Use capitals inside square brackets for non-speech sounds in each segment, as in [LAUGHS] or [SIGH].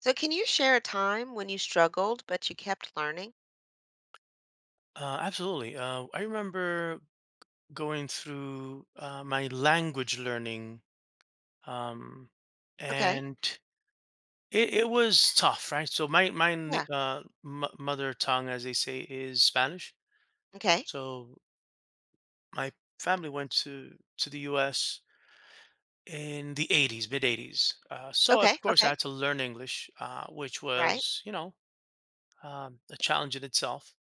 So can you share a time when you struggled, but you kept learning? Absolutely. I remember going through my language learning, um, Okay. and it, it was tough, right? So my my Yeah. na- uh, m- mother tongue, as they say, is Spanish. Okay. So my family went to the U.S. in the '80s, mid '80s. So of Okay. course I Okay. had to learn English, which Right. was a challenge in itself.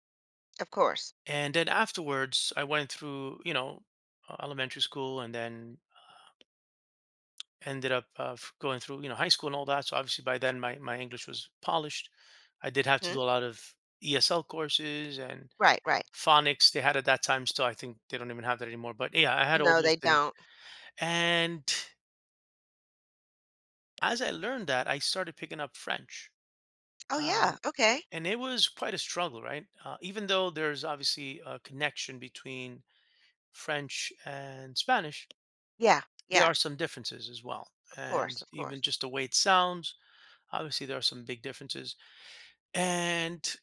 Of course. And then afterwards, I went through elementary school and then ended up going through high school and all that, so obviously by then my English was polished. I did have to Hmm. do a lot of ESL courses and Right. Right. phonics they had at that time. Still, I think they don't even have that anymore, but yeah, I had all No, those they things. don't. And as I learned that, I started picking up French, Oh, yeah. um, Okay. and it was quite a struggle, right? Even though there's obviously a connection between French and Spanish, Yeah. there Yeah. are some differences as well, Of course. and Of even course. just the way it sounds, obviously there are some big differences. And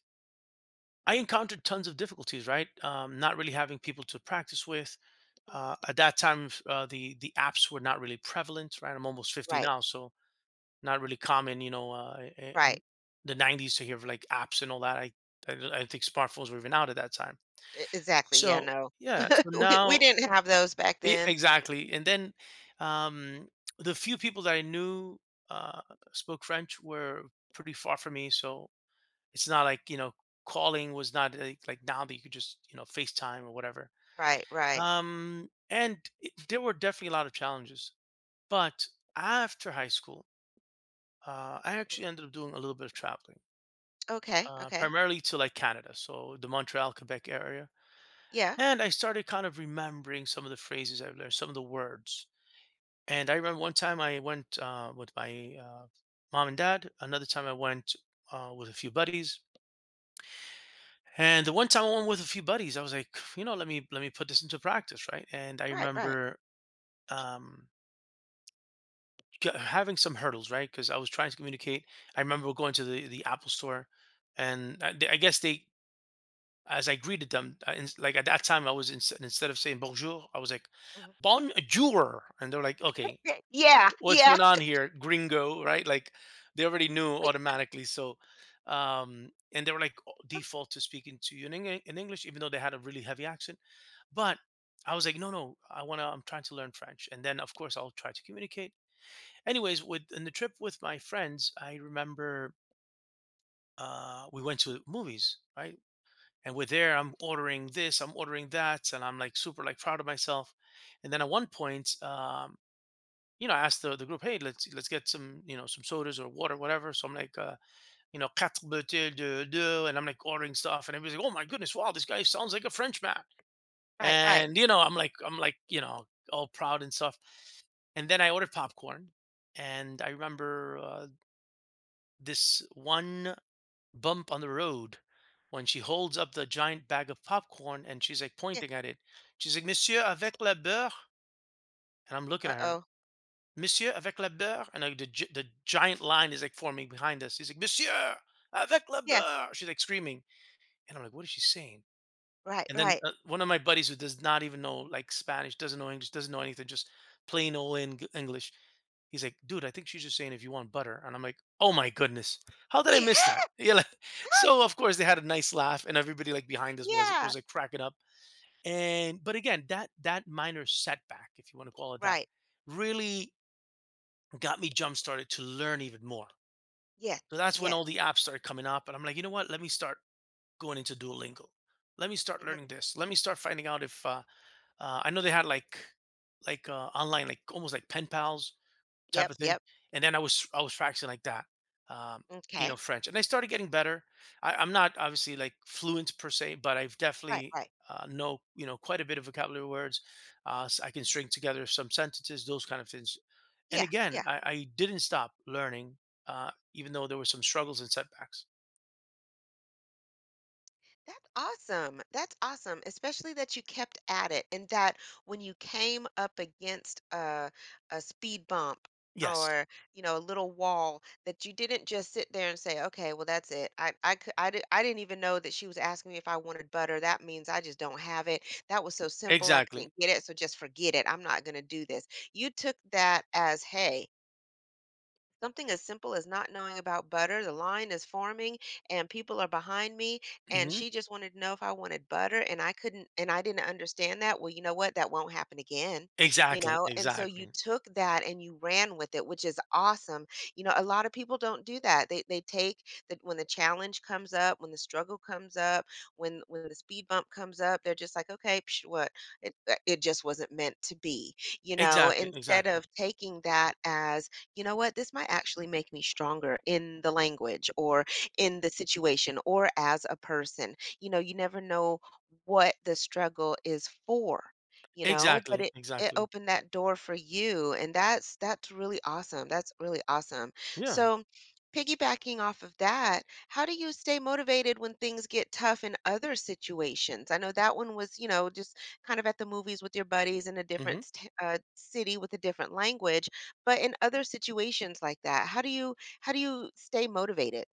I encountered tons of difficulties, right? Not really having people to practice with. Mm. At that time, the apps were not really prevalent, right? I'm almost 50 Right. now, so not really common, you know, Right. in the 90s to hear of like apps and all that. I don't think smartphones were even out at that time. E- Exactly. Yeah. So No. yeah, [LAUGHS] so We now, didn't have those back e- then. exactly. And then um, the few people that I knew uh, spoke French were pretty far from me, so it's not like, you know, calling was not like, like now that you could just, you know, FaceTime or whatever. Right. Right. And it, there were definitely a lot of challenges. But after high school, I Mhm. actually ended up doing a little bit of traveling, Okay. Okay. primarily to like Canada, so the Montreal, Quebec area. Yeah. And I started kind of remembering some of the phrases I've learned, some of the words. And I remember one time I went with my mom and dad. Another time I went with a few buddies. And the one time I went with a few buddies, I was like, you know, let me put this into practice, right? And I Right. Right. remember um, having some hurdles, right? Because I was trying to communicate. I remember going to the Apple store, and I, they- I guess they, as I greeted them, I, ins- like at that time, I was ins- instead of saying bonjour, I was like Mhm. bonjour, and they're like, okay, Yeah. Yeah. what's Yeah. going on here, gringo, right? Like they already knew Wait. automatically, so. And they were like, "Oh, default to speaking to you in, Eng- in English," even though they had a really heavy accent. But I was like, no, no, I wanna. I'm trying to learn French, and then of course I'll try to communicate. Anyways, with in the trip with my friends, I remember we went to movies, right? And we're there. I'm ordering this, I'm ordering that, and I'm like super like proud of myself. And then at one point, you know, I asked the group, hey, let's get some, you know, some sodas or water, whatever. So I'm like, you know, quatre bouteilles de d'eau, and I'm like ordering stuff, and everybody's like, oh my goodness, wow, this guy sounds like a Frenchman. Right. Right. And, you know, I'm like, you know, all proud and stuff. And then I ordered popcorn, and I remember, this one bump on the road when she holds up the giant bag of popcorn, and she's, like, Yeah. pointing at it. She's like, "Monsieur, avec la beurre?" And I'm looking Uh at her. oh. "Monsieur, avec la beurre?" And, like, the giant line is, like, forming behind us. He's like, "Monsieur, avec la Yeah. beurre!" She's, like, screaming, and I'm like, "What is she saying?" Right. And then Right. One of my buddies who does not even know like Spanish, doesn't know English, doesn't know anything, just plain old Eng- English. He's like, dude, I think she's just saying if you want butter. And I'm like, oh my goodness, how did I miss that? [LAUGHS] [LAUGHS] Yeah. Like, so of course they had a nice laugh, and everybody like behind us was Yeah. was like cracking up. And but again, that minor setback, if you want to call it that, Right. really got me jump started to learn even more. Yeah, So that's when yeah. all the apps started coming up, and I'm like, you know what? Let me start going into Duolingo. Let me start Mhm. learning this. Let me start finding out if I know they had like like online, like almost like pen pals type Yep, of thing. yep. And then I was practicing like that, um, you know, Okay. French. And I started getting better. I, I'm not obviously like fluent per se, but I've Right, definitely right. Know, you know, quite a bit of vocabulary words. I can string together some sentences, those kind of things. And Yeah, again, yeah. I didn't stop learning, even though there were some struggles and setbacks. That's awesome. That's awesome, especially that you kept at it and that when you came up against a speed bump Yes, or, you know, a little wall, that you didn't just sit there and say, "Okay, well that's it. I didn't even know that she was asking me if I wanted butter. That means I just don't have it. That was so simple I exactly. couldn't get it, so just forget it. I'm not going to do this." You took that as, "Hey, something as simple as not knowing about butter. The line is forming and people are behind me. And Hmm. she just wanted to know if I wanted butter. And I couldn't, and I didn't understand that. Well, you know what? That won't happen again, you Exactly, know?" And so you exactly, took that and you ran with it, which is awesome. You know, a lot of people don't do that. They take that when the challenge comes up, when the struggle comes up, when the speed bump comes up, they're just like, okay, psh, what? It, it just wasn't meant to be, you know, exactly, instead exactly, of taking that as, you know what? This might actually make me stronger in the language or in the situation or as a person. You know, you never know what the struggle is for, you know, but exactly, it exactly. opened that door for you and that's really awesome. That's really awesome. Yeah. So, piggybacking off of that, how do you stay motivated when things get tough in other situations? I know that one was, you know, just kind of at the movies with your buddies in a Hmm. different city with a different language. But in other situations like that, how do you stay motivated?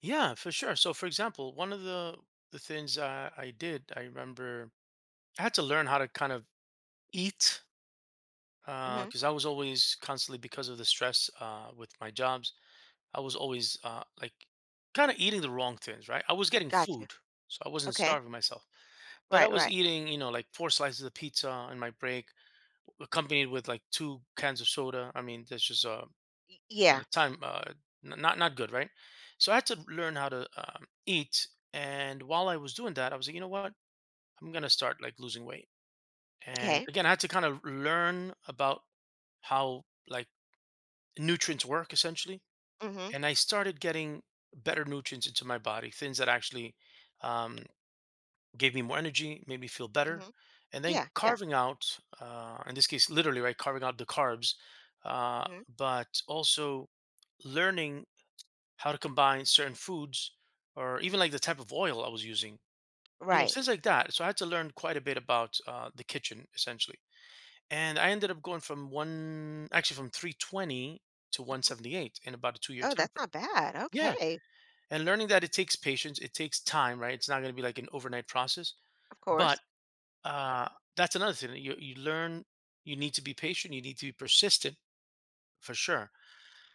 Yeah, for sure. So, for example, one of the things I did, I remember I had to learn how to kind of eat, Mhm. because I was always constantly, because of the stress with my jobs. I was always like kind of eating the wrong things, right? I was getting Gotcha. food, so I wasn't Okay. starving myself, but I Right, was right. eating, you know, like four slices of pizza in my break, accompanied with like two cans of soda. I mean, that's just Y- you know yeah. time uh, not not good, right? So I had to learn how to eat. And while I was doing that, I was like, you know what? I'm gonna start like losing weight. And Okay. again, I had to kind of learn about how like nutrients work essentially. Mhm. And I started getting better nutrients into my body, things that actually, um, gave me more energy, made me feel better. Mhm. And then Yeah, yeah. carving out, in this case literally, right, carving out the carbs, uh, Mhm. but also learning how to combine certain foods, or even like the type of oil I was using, you know, Right. things like that. So I had to learn quite a bit about the kitchen essentially. And I ended up going from one, actually from 320 to Mhm. 178 in about a 2 year Oh, time that's frame. not bad. Yeah. Okay. And learning that it takes patience, it takes time, right? It's not going to be like an overnight process. Of But course. uh, that's another thing. You learn, you need to be patient, you need to be persistent for sure.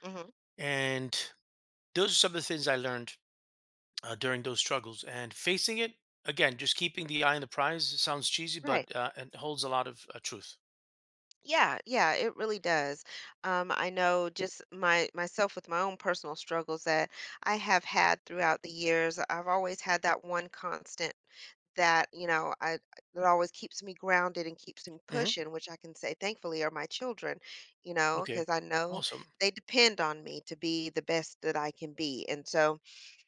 Mhm. And those are some of the things I learned during those struggles, and facing it again, just keeping the eye on the prize. It sounds cheesy, Right. but it holds a lot of truth. Yeah, yeah, it really does. I know just my myself with my own personal struggles that I have had throughout the years. I've always had that one constant that, you know, I that always keeps me grounded and keeps me Hmm. pushing, which I can say thankfully are my children, you know, Okay. because I know Awesome. they depend on me to be the best that I can be. And so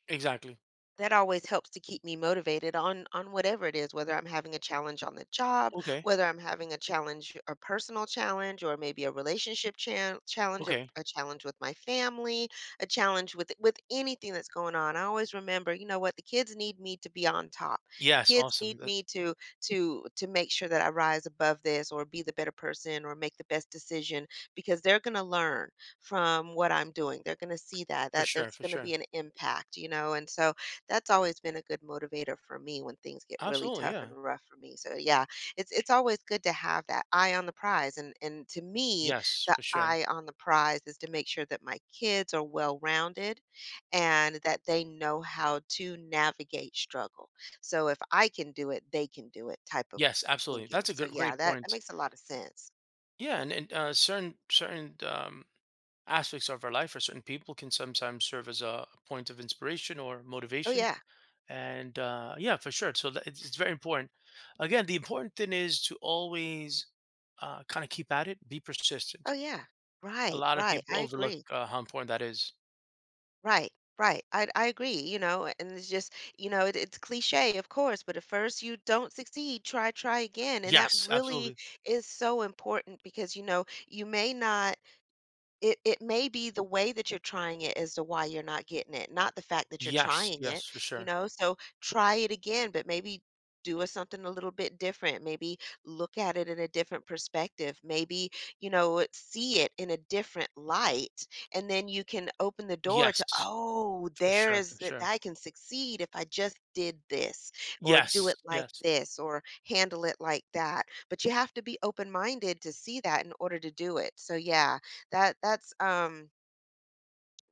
Exactly. that always helps to keep me motivated on whatever it is, whether I'm having a challenge on the job, Okay, whether I'm having a challenge, a personal challenge, or maybe a relationship chan challenge, a, okay. a challenge with my family, a challenge with anything that's going on. I always remember, you know what, the kids need me to be on top, the Yes, kids awesome. need That, me to make sure that I rise above this or be the better person or make the best decision, because they're going to learn from what I'm doing. They're going to see that for sure, there's for going to be sure. an impact, you know? And so that's always been a good motivator for me when things get really Absolutely. tough and Yeah. rough for me. So yeah, it's always good to have that eye on the prize. And to me, Yes, the for sure. eye on the prize is to make sure that my kids are well-rounded and that they know how to navigate struggle. So if I can do it, they can do it type of Yes, absolutely. thinking. That's a So good, yeah, great that, that point. makes a lot of sense. Yeah. And, and uh, certain certain um, aspects of our life, or certain people, can sometimes serve as a point of inspiration or Oh motivation. yeah. And yeah, for sure. So that, it's very important. Again, the important thing is to always, kind of keep at it, be persistent. Oh yeah. A Right, lot of right. people I overlook agree. How important that is. Right, right. I agree, you know, and it's just, you know, it, it's cliche, of course, but if first you don't succeed, try, try again. And that Yes, really absolutely. is so important because, you know, you may not, it it may be the way that you're trying it as to why you're not getting it, not the fact that you're Yes, trying it, yes, for you sure. know? So try it again, but maybe do a something a little bit different. Maybe look at it in a different perspective. Maybe, you know, see it in a different light. And then you can open the door to, Yes, oh, for there sure, is for that sure. I can succeed if I just did this or do Yes, it like yes, this or handle it like that. But you have to be open minded to see that in order to do it. So, yeah, that that's um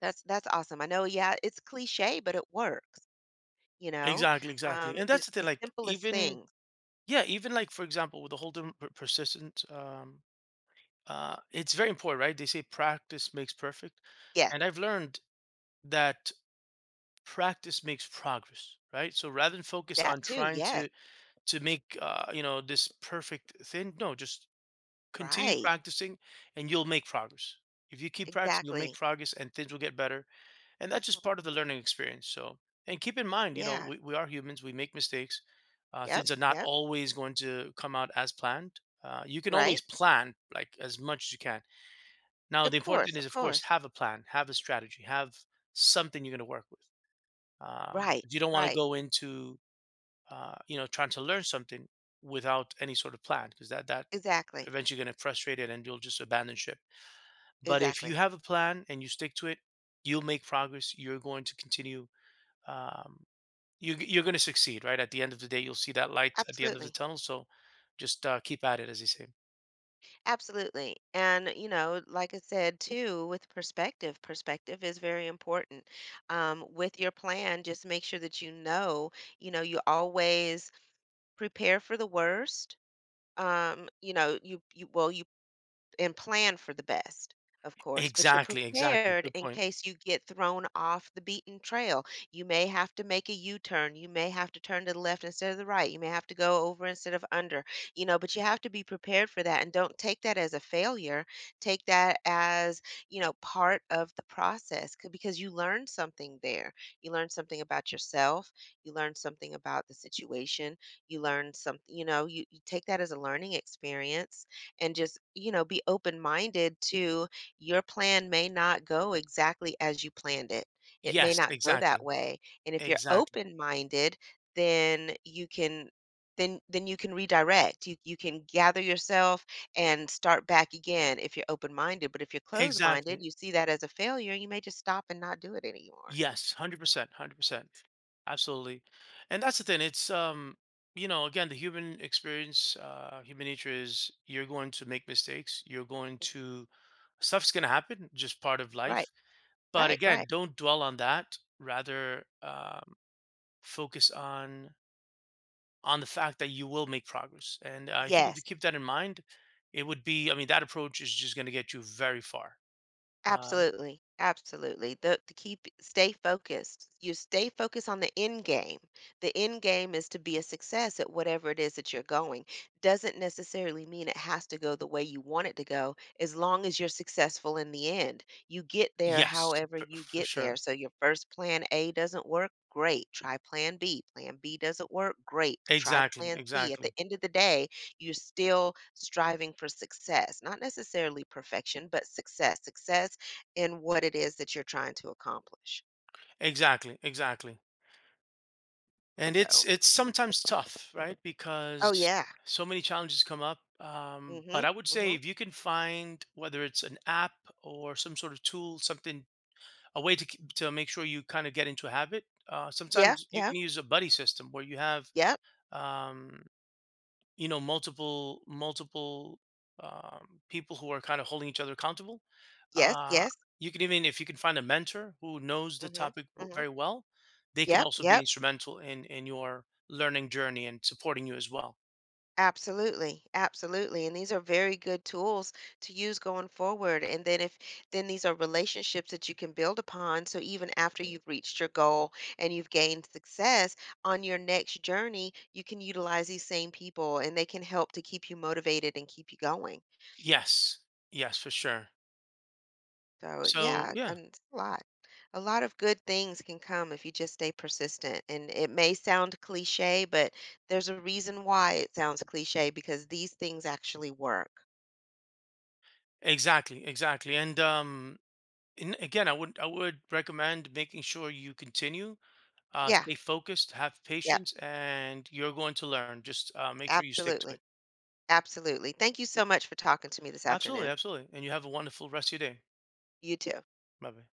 that's awesome. I know, yeah, it's cliche, but it works, you know? exactly, exactly. And It, that's the thing. the Like simplest even thing. yeah, even like for example, with the whole term per- persistent, it's very important, right? They say practice makes perfect, Yeah, and I've learned that practice makes progress. Right, so rather than focus that on too. trying Yes, to make you know, this perfect thing, no, just continue right. practicing, and you'll make progress. If you keep practicing, you'll make Exactly. progress, and things will get better, and Mhm. that's just part of the learning experience. So, and keep in mind, you know, Yeah. we are humans, we make mistakes. uh, Yep. things are not Yep. always going to come out as planned. You can always Right. plan like as much as you can. Now, Of the important thing course, is, of of course, course. have a plan, have a strategy, have something you're going to work with. Um, Right. you don't want to Right. go into, you know, trying to learn something without any sort of plan, because that Exactly. eventually going to frustrate it, and you'll just abandon ship. But if Exactly. you have a plan and you stick to it, you'll make progress. You're going to continue, um, you're going to succeed, right? At the end of the day, you'll see that light at the end of the Absolutely. tunnel. So just keep at it, as they say. Absolutely. And you know, like I said too, with perspective, perspective is very important. With your plan, just make sure that you know, you know, you always prepare for the worst. You know, you, and plan for the best, of course, but you're Exactly, exactly, prepared good in point. case you get thrown off the beaten trail. You may have to make a U-turn. You may have to turn to the left instead of the right. You may have to go over instead of under, you know, but you have to be prepared for that and don't take that as a failure. Take that as, you know, part of the process, because you learned something there. You learned something about yourself. You learned something about the situation. You learned something, you know, you take that as a learning experience and just, you know, be open minded to, your plan may not go exactly as you planned it. It may Yes, not go that exactly, way. And if you're exactly, open minded, then you can, then you can redirect. You can gather yourself and start back again if you're open minded. But if you're closed minded, exactly. you see that as a failure, you may just stop and not do it anymore. Yes, 100%, 100%. Absolutely. And that's the thing. It's, you know, again, the human experience, human nature is you're going to make mistakes. You're going to, stuff's going to happen, just part of Right. life. But Right, again, right. don't dwell on that. Rather, focus on the fact that you will make progress. And I think if you Yes. keep that in mind, it would be, I mean, that approach is just going to get you very far. Um, Absolutely, absolutely. The to keep stay focused. You stay focused on the end game. The end game is to be a success at whatever it is that you're going. Doesn't necessarily mean it has to go the way you want it to go, as long as you're successful in the end. You get there yes, however you for get there. sure. So your first plan A doesn't work, great. Try plan B. Plan B doesn't work, great. Try Exactly, plan C. At the exactly. end of the day, you're still striving for success, not necessarily perfection, but success. Success in what it is that you're trying to accomplish. Exactly, exactly. And it's So it's sometimes tough, right? oh, Because yeah. so many challenges come up. But Mhm, I would say mhm. if you can find whether it's an app or some sort of tool, something, a way to k- to make sure you kind of get into a habit. Yeah, Sometimes you yeah, can use a buddy system where you have, yep, um, you know, multiple people who are kind of holding each other accountable. yes, Uh, yes. you can, even if you can find a mentor who knows the Mhm, topic w- mhm. very well, they can Yep, also be yep. instrumental in your learning journey and supporting you as well. Absolutely, absolutely, and these are very good tools to use going forward, and then if, then these are relationships that you can build upon, so even after you've reached your goal and you've gained success, on your next journey, you can utilize these same people, and they can help to keep you motivated and keep you going. Yes, yes, for sure. So So yeah, yeah, and it's a lot. A lot of good things can come if you just stay persistent. And it may sound cliche, but there's a reason why it sounds cliche because these things actually work. exactly, exactly. And again, I would recommend making sure you continue Yeah, stay focused, have yeah, patience, and you're going to learn. Just make sure you stick to absolutely. it. Absolutely. Thank you so much for talking to me this Absolutely, afternoon. absolutely. And you have a wonderful rest of your day. You too. Bye bye.